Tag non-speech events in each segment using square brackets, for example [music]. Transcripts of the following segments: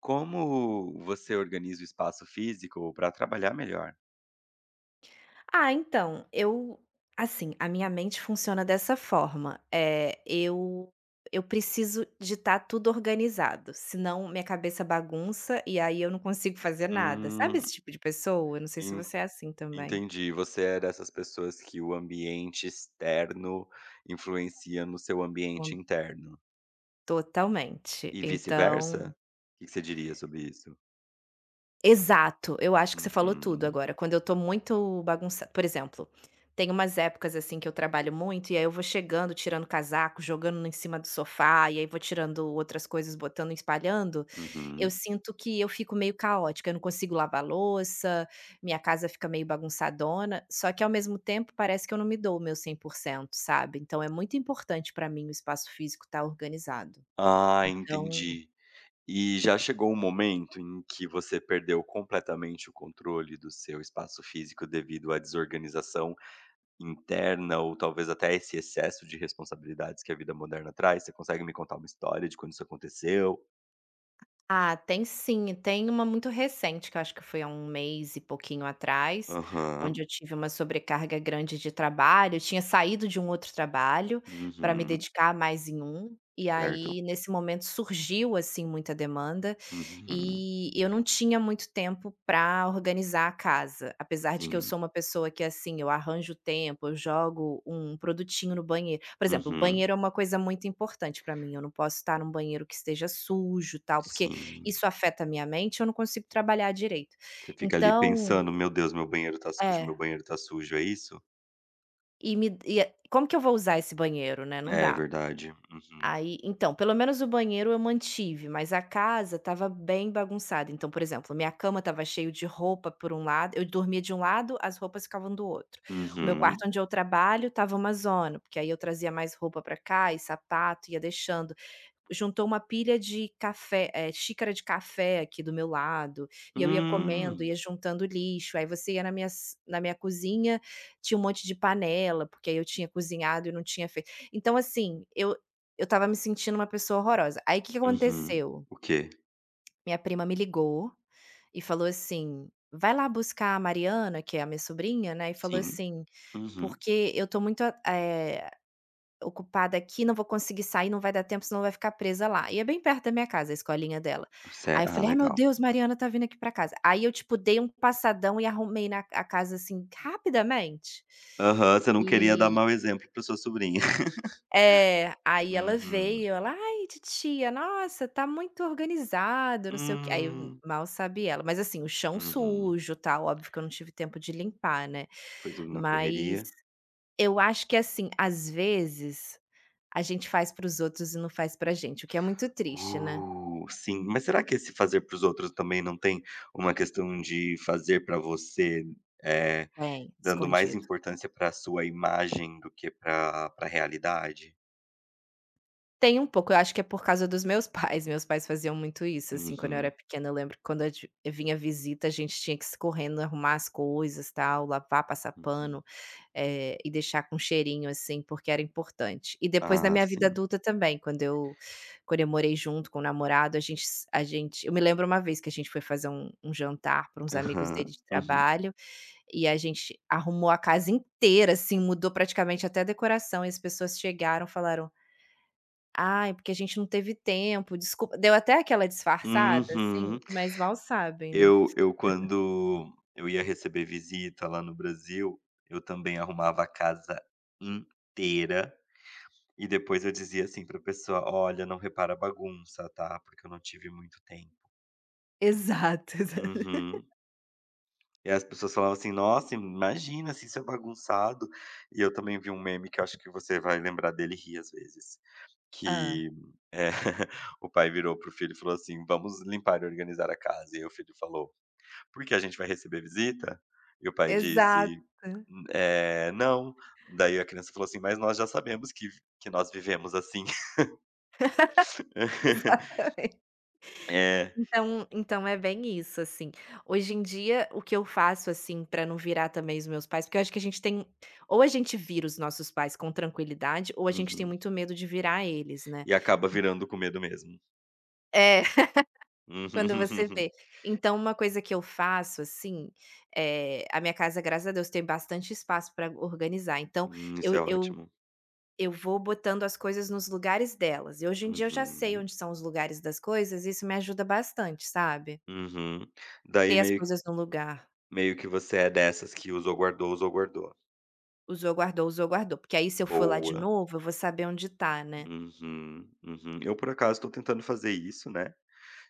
Como você organiza o espaço físico para trabalhar melhor? Ah, então, eu assim, a minha mente funciona dessa forma. É, eu preciso de estar tudo organizado, senão minha cabeça bagunça e aí eu não consigo fazer nada. Sabe Hum. esse tipo de pessoa? Eu não sei se En você é assim também. Entendi. Você é dessas pessoas que o ambiente externo influencia no seu ambiente Hum, interno totalmente. e Então vice-versa? O que que você diria sobre isso? exato, eu acho que você falou tudo Uhum, agora. Quando eu tô muito bagunçada, por exemplo, tem umas épocas assim que eu trabalho muito e aí eu vou chegando, tirando casaco, jogando em cima do sofá e aí vou tirando outras coisas, botando, e espalhando. Eu uhum. sinto que eu fico meio caótica, eu não consigo lavar louça, minha casa fica meio bagunçadona, só que ao mesmo tempo parece que eu não me dou o meu 100%, sabe? Então é muito importante pra mim o espaço físico estar organizado. Ah, Então entendi. E já chegou um momento em que você perdeu completamente o controle do seu espaço físico devido à desorganização interna ou talvez até esse excesso de responsabilidades que a vida moderna traz? Você consegue me contar uma história de quando isso aconteceu? ah, tem sim. Tem uma muito recente, que eu acho que foi há 1 mês e pouquinho atrás, onde Aham. eu tive uma sobrecarga grande de trabalho. Eu tinha saído de um outro trabalho para me Uhum. dedicar mais em um, e aí Certo. nesse momento surgiu, assim, muita demanda, Uhum. e eu não tinha muito tempo para organizar a casa, apesar de que eu sou Sim. uma pessoa que, assim, eu arranjo tempo, eu jogo um produtinho no banheiro. Por exemplo, o Uhum. banheiro é uma coisa muito importante para mim, eu não posso estar num banheiro que esteja sujo, tal, porque Sim. isso afeta a minha mente, eu não consigo trabalhar direito. Você fica ali Então pensando: "Meu Deus, meu banheiro tá sujo, meu é, banheiro tá sujo", é isso? e é como que eu vou usar esse banheiro, né, não É dá. verdade. Uhum. Aí então, pelo menos o banheiro eu mantive, mas a casa tava bem bagunçada. Então, por exemplo, minha cama tava cheio de roupa por um lado eu dormia de um lado, as roupas ficavam do outro. O meu Uhum. quarto onde eu trabalho tava uma zona, porque aí eu trazia mais roupa pra cá e sapato, ia deixando. Juntou uma pilha de café, xícara de café aqui do meu lado, e eu ia comendo, ia Hum. juntando lixo. Aí você ia na minha cozinha, tinha um monte de panela, porque aí eu tinha cozinhado e não tinha feito. Então assim, eu estava me sentindo uma pessoa horrorosa. Aí o que que Uhum. aconteceu? O quê? Minha prima me ligou e falou assim: "Vai lá buscar a Mariana", que é a minha sobrinha, né, e falou Sim. assim: Uhum. "Porque eu tô muito, ocupada aqui, não vou conseguir sair, não vai dar tempo, senão vai ficar presa lá". E é bem perto da minha casa a escolinha dela. Cer Aí eu ah, falei: "Ai meu legal. Deus, Mariana tá vindo aqui pra casa". Aí eu, tipo, dei um passadão e arrumei na a casa, assim, rapidamente. Aham, você não queria dar E mau exemplo para sua sobrinha. [laughs] é, aí ela Uhum. veio, ela: "Ai, titia, nossa, tá muito organizado, não sei o quê", aí Hum. mal sabe ela, mas assim, o chão Uhum. sujo, tal, óbvio que eu não tive tempo de limpar, né. Foi tudo na Mas correria. eu acho que assim, às vezes, a gente faz para os outros e não faz pra gente, o que é muito triste, né. Sim. Mas será que esse fazer para os outros também não tem uma questão de fazer para você, eh, Bem dando mais escondido. importância para a sua imagem do que para a realidade? Tem um pouco, eu acho que é por causa dos meus pais faziam muito isso, assim, quando eu era Uhum, pequena, eu lembro que quando a gen vinha visita, a gente tinha que se correndo, arrumar as coisas, tal, lavar, passar uhum. pano, e deixar com cheirinho, assim, porque era importante. E depois na Ah, minha vida sim. adulta também, quando eu morei junto com o namorado, a gente eu me lembro uma vez que a gente foi fazer um jantar para uns amigos Aham. dele de Uhum. trabalho, e a gente arrumou a casa inteira, assim, mudou praticamente até a decoração, e as pessoas chegaram, falaram: "Ai, porque a gente não teve tempo, desculpa". Deu até aquela disfarçada, assim, Uhum. mas mal sabem, né. Eu quando eu ia receber visita lá no Brasil, eu também arrumava a casa inteira. E depois eu dizia assim pra pessoa: "Olha, não repara a bagunça, tá? Porque eu não tive muito tempo". Exato. [laughs] Uhum. E as pessoas falavam assim: "Nossa, imagina se isso é bagunçado". E eu também vi um meme que eu acho que você vai lembrar dele e rir às vezes, Ah, que, eh, [laughs] o pai virou pro filho e falou assim: "Vamos limpar e organizar a casa". E aí o filho falou: "Porque a gente vai receber visita?" E o pai exato. disse: [laughs] não". Daí a criança falou assim: "Mas nós já sabemos que nós vivemos assim". [laughs] Exatamente. É. Então é bem isso, assim. Hoje em dia, o que eu faço, assim, pra não virar também os meus pais porque eu acho que a gente tem ou a gente vira os nossos pais com tranquilidade, ou a gente tem Uhum. muito medo de virar eles, né. E acaba virando com medo mesmo. É. Quando você Uhum. vê. [laughs] Então uma coisa que eu faço, assim, a minha casa, graças a Deus, tem bastante espaço para organizar, então isso eu é eu ótimo. eu vou botando as coisas nos lugares delas, e hoje em dia eu já sei Uhum, onde são os lugares das coisas, e isso me ajuda bastante, sabe. uhum. Daí Ter as meio coisas no lugar. meio que você é dessas que usou, guardou, usou, guardou. Usou, guardou, porque aí se eu for lá de Boa. novo, eu vou saber onde tá, né. Uhum, uhum. Eu, por acaso, estou tentando fazer isso, né,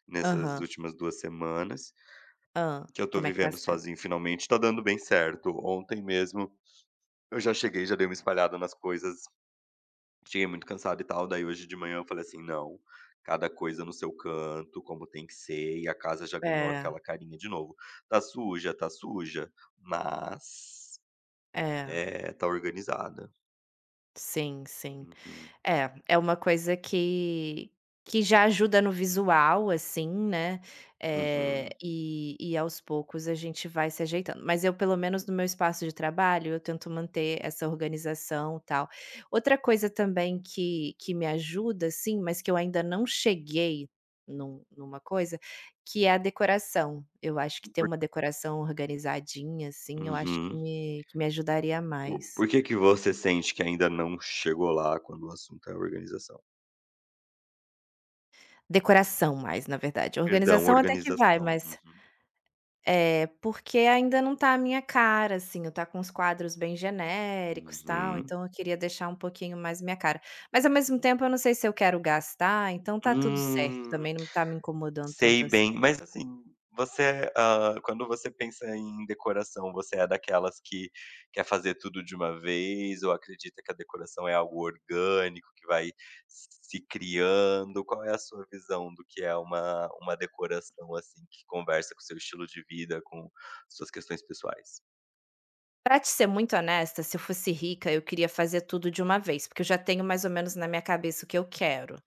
nessas Aham. últimas 2 semanas, Hã. que eu tô Como é que tá vivendo sendo. sozinho finalmente, tá dando bem certo. Ontem mesmo eu já cheguei, já dei uma espalhada nas coisas. Cheguei muito cansado e tal, daí hoje de manhã eu falei assim: "Não, cada coisa no seu canto, como tem que ser", e a casa já ganhou É, aquela carinha de novo. Tá suja, mas, é. é, tá organizada. Sim, sim. Uhum, É, é uma coisa que já ajuda no visual, assim, né, uhum, e aos poucos a gente vai se ajeitando. Mas eu, pelo menos no meu espaço de trabalho, eu tento manter essa organização, e tal. Outra coisa também que me ajuda, assim, mas que eu ainda não cheguei numa coisa, que é a decoração. Eu acho que ter uma decoração organizadinha, assim, eu acho que uhum. me que me ajudaria Por mais. por que que você sente que ainda não chegou lá quando o assunto é organização? Decoração mais, na verdade. Perdão, Organização até que vai, organização. mas Uhum, é, porque ainda não tá a minha cara, assim, eu tá com os quadros bem genéricos, tal, uhum. então eu queria deixar um pouquinho mais minha cara. Mas ao mesmo tempo eu não sei se eu quero gastar, então tá tudo certo, Hum. também não tá me incomodando tanto Sei assim. bem. Mas, assim, você, quando você pensa em decoração, você é daquelas que quer fazer tudo de uma vez ou acredita que a decoração é algo orgânico que vai se criando? Qual é a sua visão do que é uma decoração, assim, que conversa com o seu estilo de vida, com suas questões pessoais? Pra te ser muito honesta, se eu fosse rica, eu queria fazer tudo de uma vez, porque eu já tenho mais ou menos na minha cabeça o que eu quero.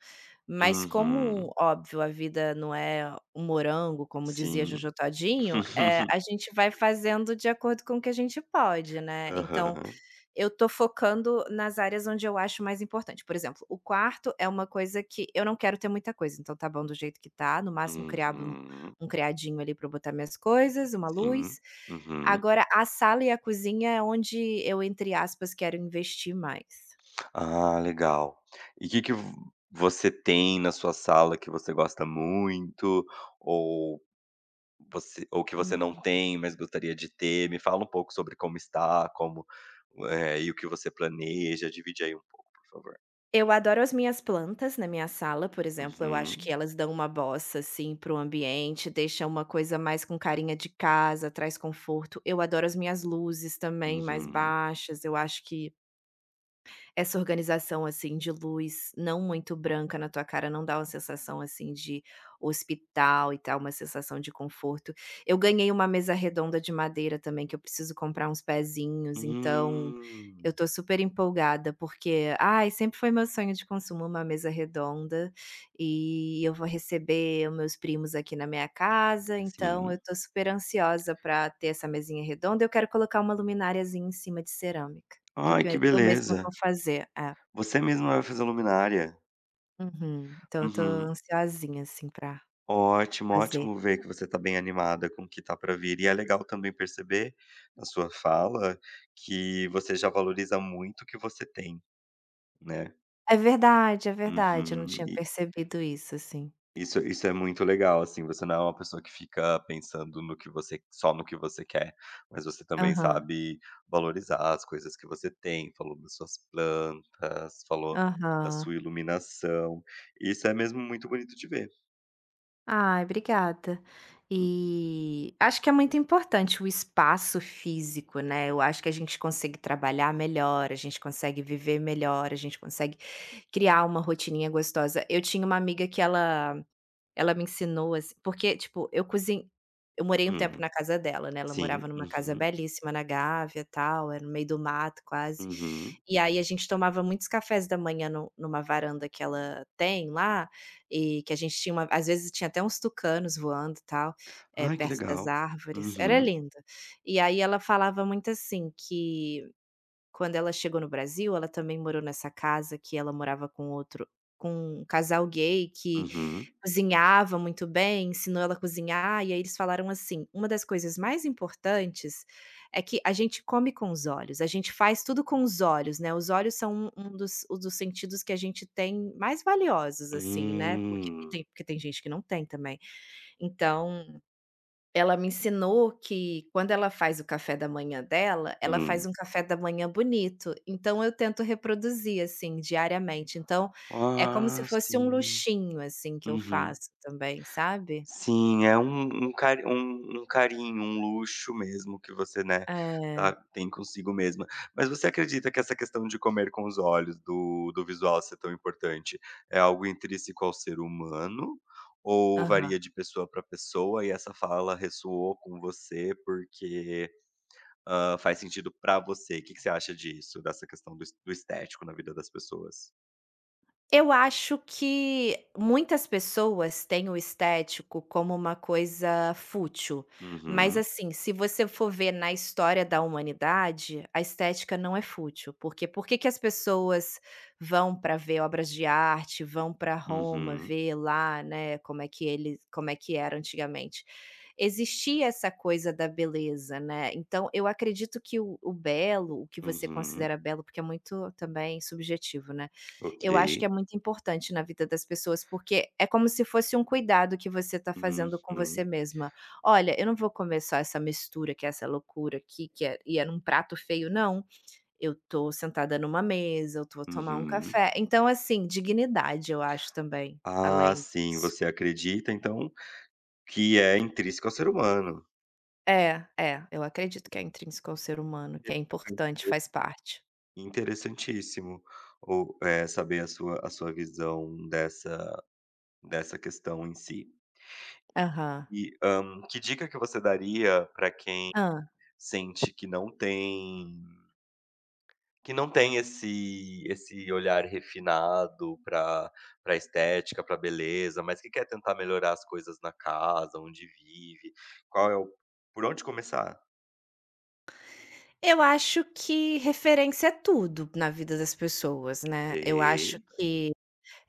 Mas Uhum. como, óbvio, a vida não é um morango, como dizia Sim. Jojo Todinho, [laughs] a gente vai fazendo de acordo com o que a gente pode, né. Então, Aham. eu tô focando nas áreas onde eu acho mais importante. Por exemplo, o quarto é uma coisa que eu não quero ter muita coisa, então tá bom do jeito que tá, no máximo criar Uhum. um criadinho ali pra eu botar minhas coisas, uma Sim. luz. Uhum. Agora a sala e a cozinha é onde eu, entre aspas, quero investir mais. Ah, legal. E o que que vo você tem na sua sala que você gosta muito, ou ou que você não Uhum. tem, mas gostaria de ter? Me fala um pouco sobre como está, como, e o que você planeja, divide aí um pouco, por favor. Eu adoro as minhas plantas na minha sala, por exemplo, eu acho que Uhum, elas dão uma bossa, assim, para o ambiente, deixa uma coisa mais com carinha de casa, traz conforto. Eu adoro as minhas luzes também mais uhum. baixas, eu acho que essa organização, assim, de luz não muito branca na tua cara, não dá uma sensação, assim, de hospital e tal, uma sensação de conforto. Eu ganhei uma mesa redonda de madeira também, que eu preciso comprar uns pezinhos, então Hum, eu tô super empolgada, porque, ai, sempre foi meu sonho de consumo uma mesa redonda, e eu vou receber os meus primos aqui na minha casa, então eu sim. tô super ansiosa pra ter essa mesinha redonda. Eu quero colocar uma lumináriazinha em cima de cerâmica. Que eu Ai, que que eu mesma vou beleza. fazer, é. Você mesmo vai fazer luminária. Uhum. Então eu tô Uhum. ansiosinha, assim, pra Ótimo, fazer. ótimo ver que você está bem animada com o que está para vir. E é legal também perceber na sua fala que você já valoriza muito o que você tem, né. É verdade, eu não Uhum. tinha E percebido isso, assim. isso é muito legal, assim, você não é uma pessoa que fica pensando no que você só no que você quer, mas você também Aham, sabe valorizar as coisas que você tem, falou das suas plantas, falou da aham. sua iluminação. Isso é mesmo muito bonito de ver. Ai, obrigada. Uhum. E acho que é muito importante o espaço físico, né. Eu acho que a gente consegue trabalhar melhor, a gente consegue viver melhor, a gente consegue criar uma rotininha gostosa. Eu tinha uma amiga que ela me ensinou, assim porque, tipo, eu cozin eu morei um tempo na Hum. casa dela, né, ela morava Sim. numa casa Uhum. belíssima na Gávea, tal, era no meio do mato quase. Uhum. E aí a gente tomava muitos cafés da manhã nu numa varanda que ela tem lá, e que a gente tinha uma às vezes tinha até uns tucanos voando, e tal, Ai, que perto das legal. árvores, era Uhum, lindo. E aí ela falava muito assim que quando ela chegou no Brasil, ela também morou nessa casa que ela morava com outro com um casal gay que uhum. cozinhava muito bem, ensinou ela a cozinhar, e aí eles falaram assim: "Uma das coisas mais importantes é que a gente come com os olhos, a gente faz tudo com os olhos, né". Os olhos são um dos dos sentidos que a gente tem mais valiosos, assim, né, Hum, porque tem gente que não tem também. Então ela me ensinou que quando ela faz o café da manhã dela, ela faz hum. um café da manhã bonito, então eu tento reproduzir, assim, diariamente. Então, é como se Ah, fosse um sim. luxinho, assim, que eu Uhum. faço também, sabe? Sim, é um um cari um um carinho, um luxo mesmo que você, né, É, tá tem consigo mesma. Mas você acredita que essa questão de comer com os olhos, do visual ser tão importante, é algo intrínseco ao ser humano, ou aham. varia de pessoa para pessoa e essa fala ressoou com você porque faz sentido pra você. O que que você acha disso? Dessa questão do estético na vida das pessoas? Eu acho que muitas pessoas têm o estético como uma coisa fútil, mas Uhum, assim, se você for ver na história da humanidade, a estética não é fútil, porque por que que as pessoas vão para ver obras de arte, vão para Roma uhum, ver lá, né, como é que eles como é que era antigamente. Existia essa coisa da beleza, né, então eu acredito que o belo, o que você uhum. considera belo, porque é muito também subjetivo, né, Ok. eu acho que é muito importante na vida das pessoas, porque é como se fosse um cuidado que você está fazendo com você Uhum, mesma. "Olha, eu não vou comer só essa mistura, que é essa loucura aqui, que é e é num prato feio, não. Eu tô sentada numa mesa, eu vou tomar um uhum. café". Então, assim, dignidade, eu acho também, Ah, além sim, disso. você acredita então que é intrínseco ao ser humano. É, é, eu acredito que é intrínseco ao ser humano, que é importante, faz parte. Interessantíssimo saber a sua visão dessa questão em si. Aham. E, que dica que você daria para quem Ah. sente que não tem. Esse olhar refinado para estética, para beleza, mas que quer tentar melhorar as coisas na casa, onde vive. Qual é o Por onde começar? Eu acho que referência é tudo na vida das pessoas, né. Eu acho Sei. que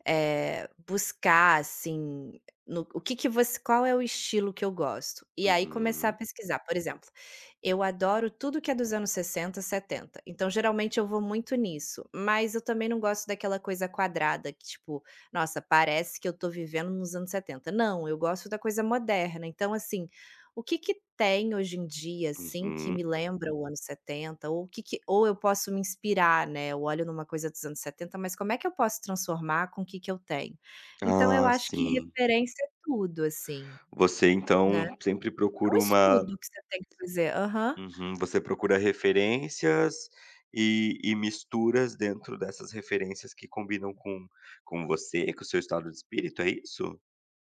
buscar assim, no o que que você qual é o estilo que eu gosto? E aí começar a Uhum, pesquisar. Por exemplo, eu adoro tudo que é dos anos 60, 70, então geralmente eu vou muito nisso, mas eu também não gosto daquela coisa quadrada que tipo: "Nossa, parece que eu tô vivendo nos anos 70". Não, eu gosto da coisa moderna, então assim, o que que tem hoje em dia, assim, que uhum. me lembra o ano 70? Ou o que que ou eu posso me inspirar, né, eu olho numa coisa dos anos 70, mas como é que eu posso transformar com o que que eu tenho? Então eu Ah, acho que sim. referência é tudo, assim, Você né. então sempre É procura um uma estudo que você tem que fazer. Aham. Uhum, você procura referências e misturas dentro dessas referências que combinam com você, com o seu estado de espírito, é isso?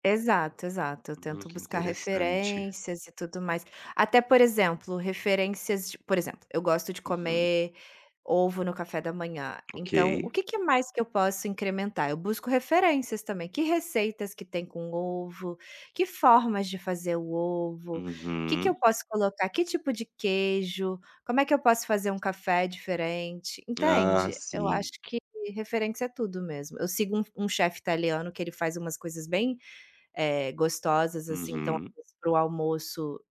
Exato, exato. Eu tento Que buscar interessante. referências e tudo mais. Até, por exemplo, referências de por exemplo, eu gosto de Uhum. comer ovo no café da manhã, Ok. então o que que mais que eu posso incrementar? Eu busco referências também, que receitas que tem com ovo, que formas de fazer o ovo, o que que eu Uhum. posso colocar, que tipo de queijo, como é que eu posso fazer um café diferente, Ah, entende? Eu sim. acho que referência é tudo mesmo. Eu sigo um chefe italiano que ele faz umas coisas bem gostosas, assim, então Uhum, para o almoço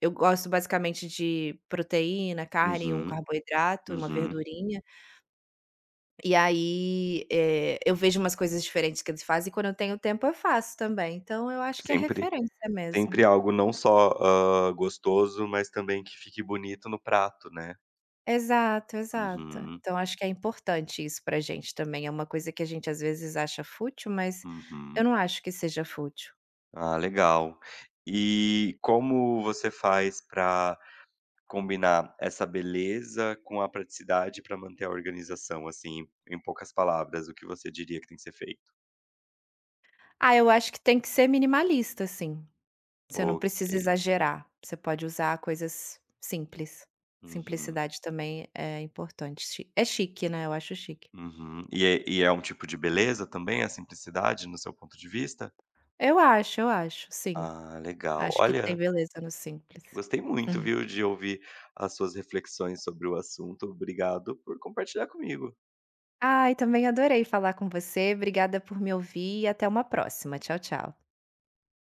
eu gosto basicamente de proteína, carne e um uhum, carboidrato, uma uhum. verdurinha, e aí, eu vejo umas coisas diferentes que eles fazem e quando eu tenho tempo eu faço também, então eu acho que é Sempre referência mesmo. sempre algo não só, gostoso, mas também que fique bonito no prato, né. Exato, exato. Uhum, Então acho que é importante isso pra gente também, é uma coisa que a gente às vezes acha fútil, mas eu uhum. não acho que seja fútil. Ah, legal. E como você faz para combinar essa beleza com a praticidade para manter a organização, assim, em poucas palavras, o que você diria que tem que ser feito? Ah, eu acho que tem que ser minimalista sim. Você não Ok. precisa exagerar, você pode usar coisas simples. Uhum. Simplicidade também é importante, chi é chique, né, eu acho chique. Uhum. E é um tipo de beleza também, a simplicidade, no seu ponto de vista? Eu acho, sim. Ah, legal. Acho que tem Olha, beleza no simples. gostei muito, Uhum. viu, de ouvir as suas reflexões sobre o assunto. Obrigado por compartilhar comigo. Ai, também adorei falar com você, obrigada por me ouvir e até uma próxima. Tchau, tchau.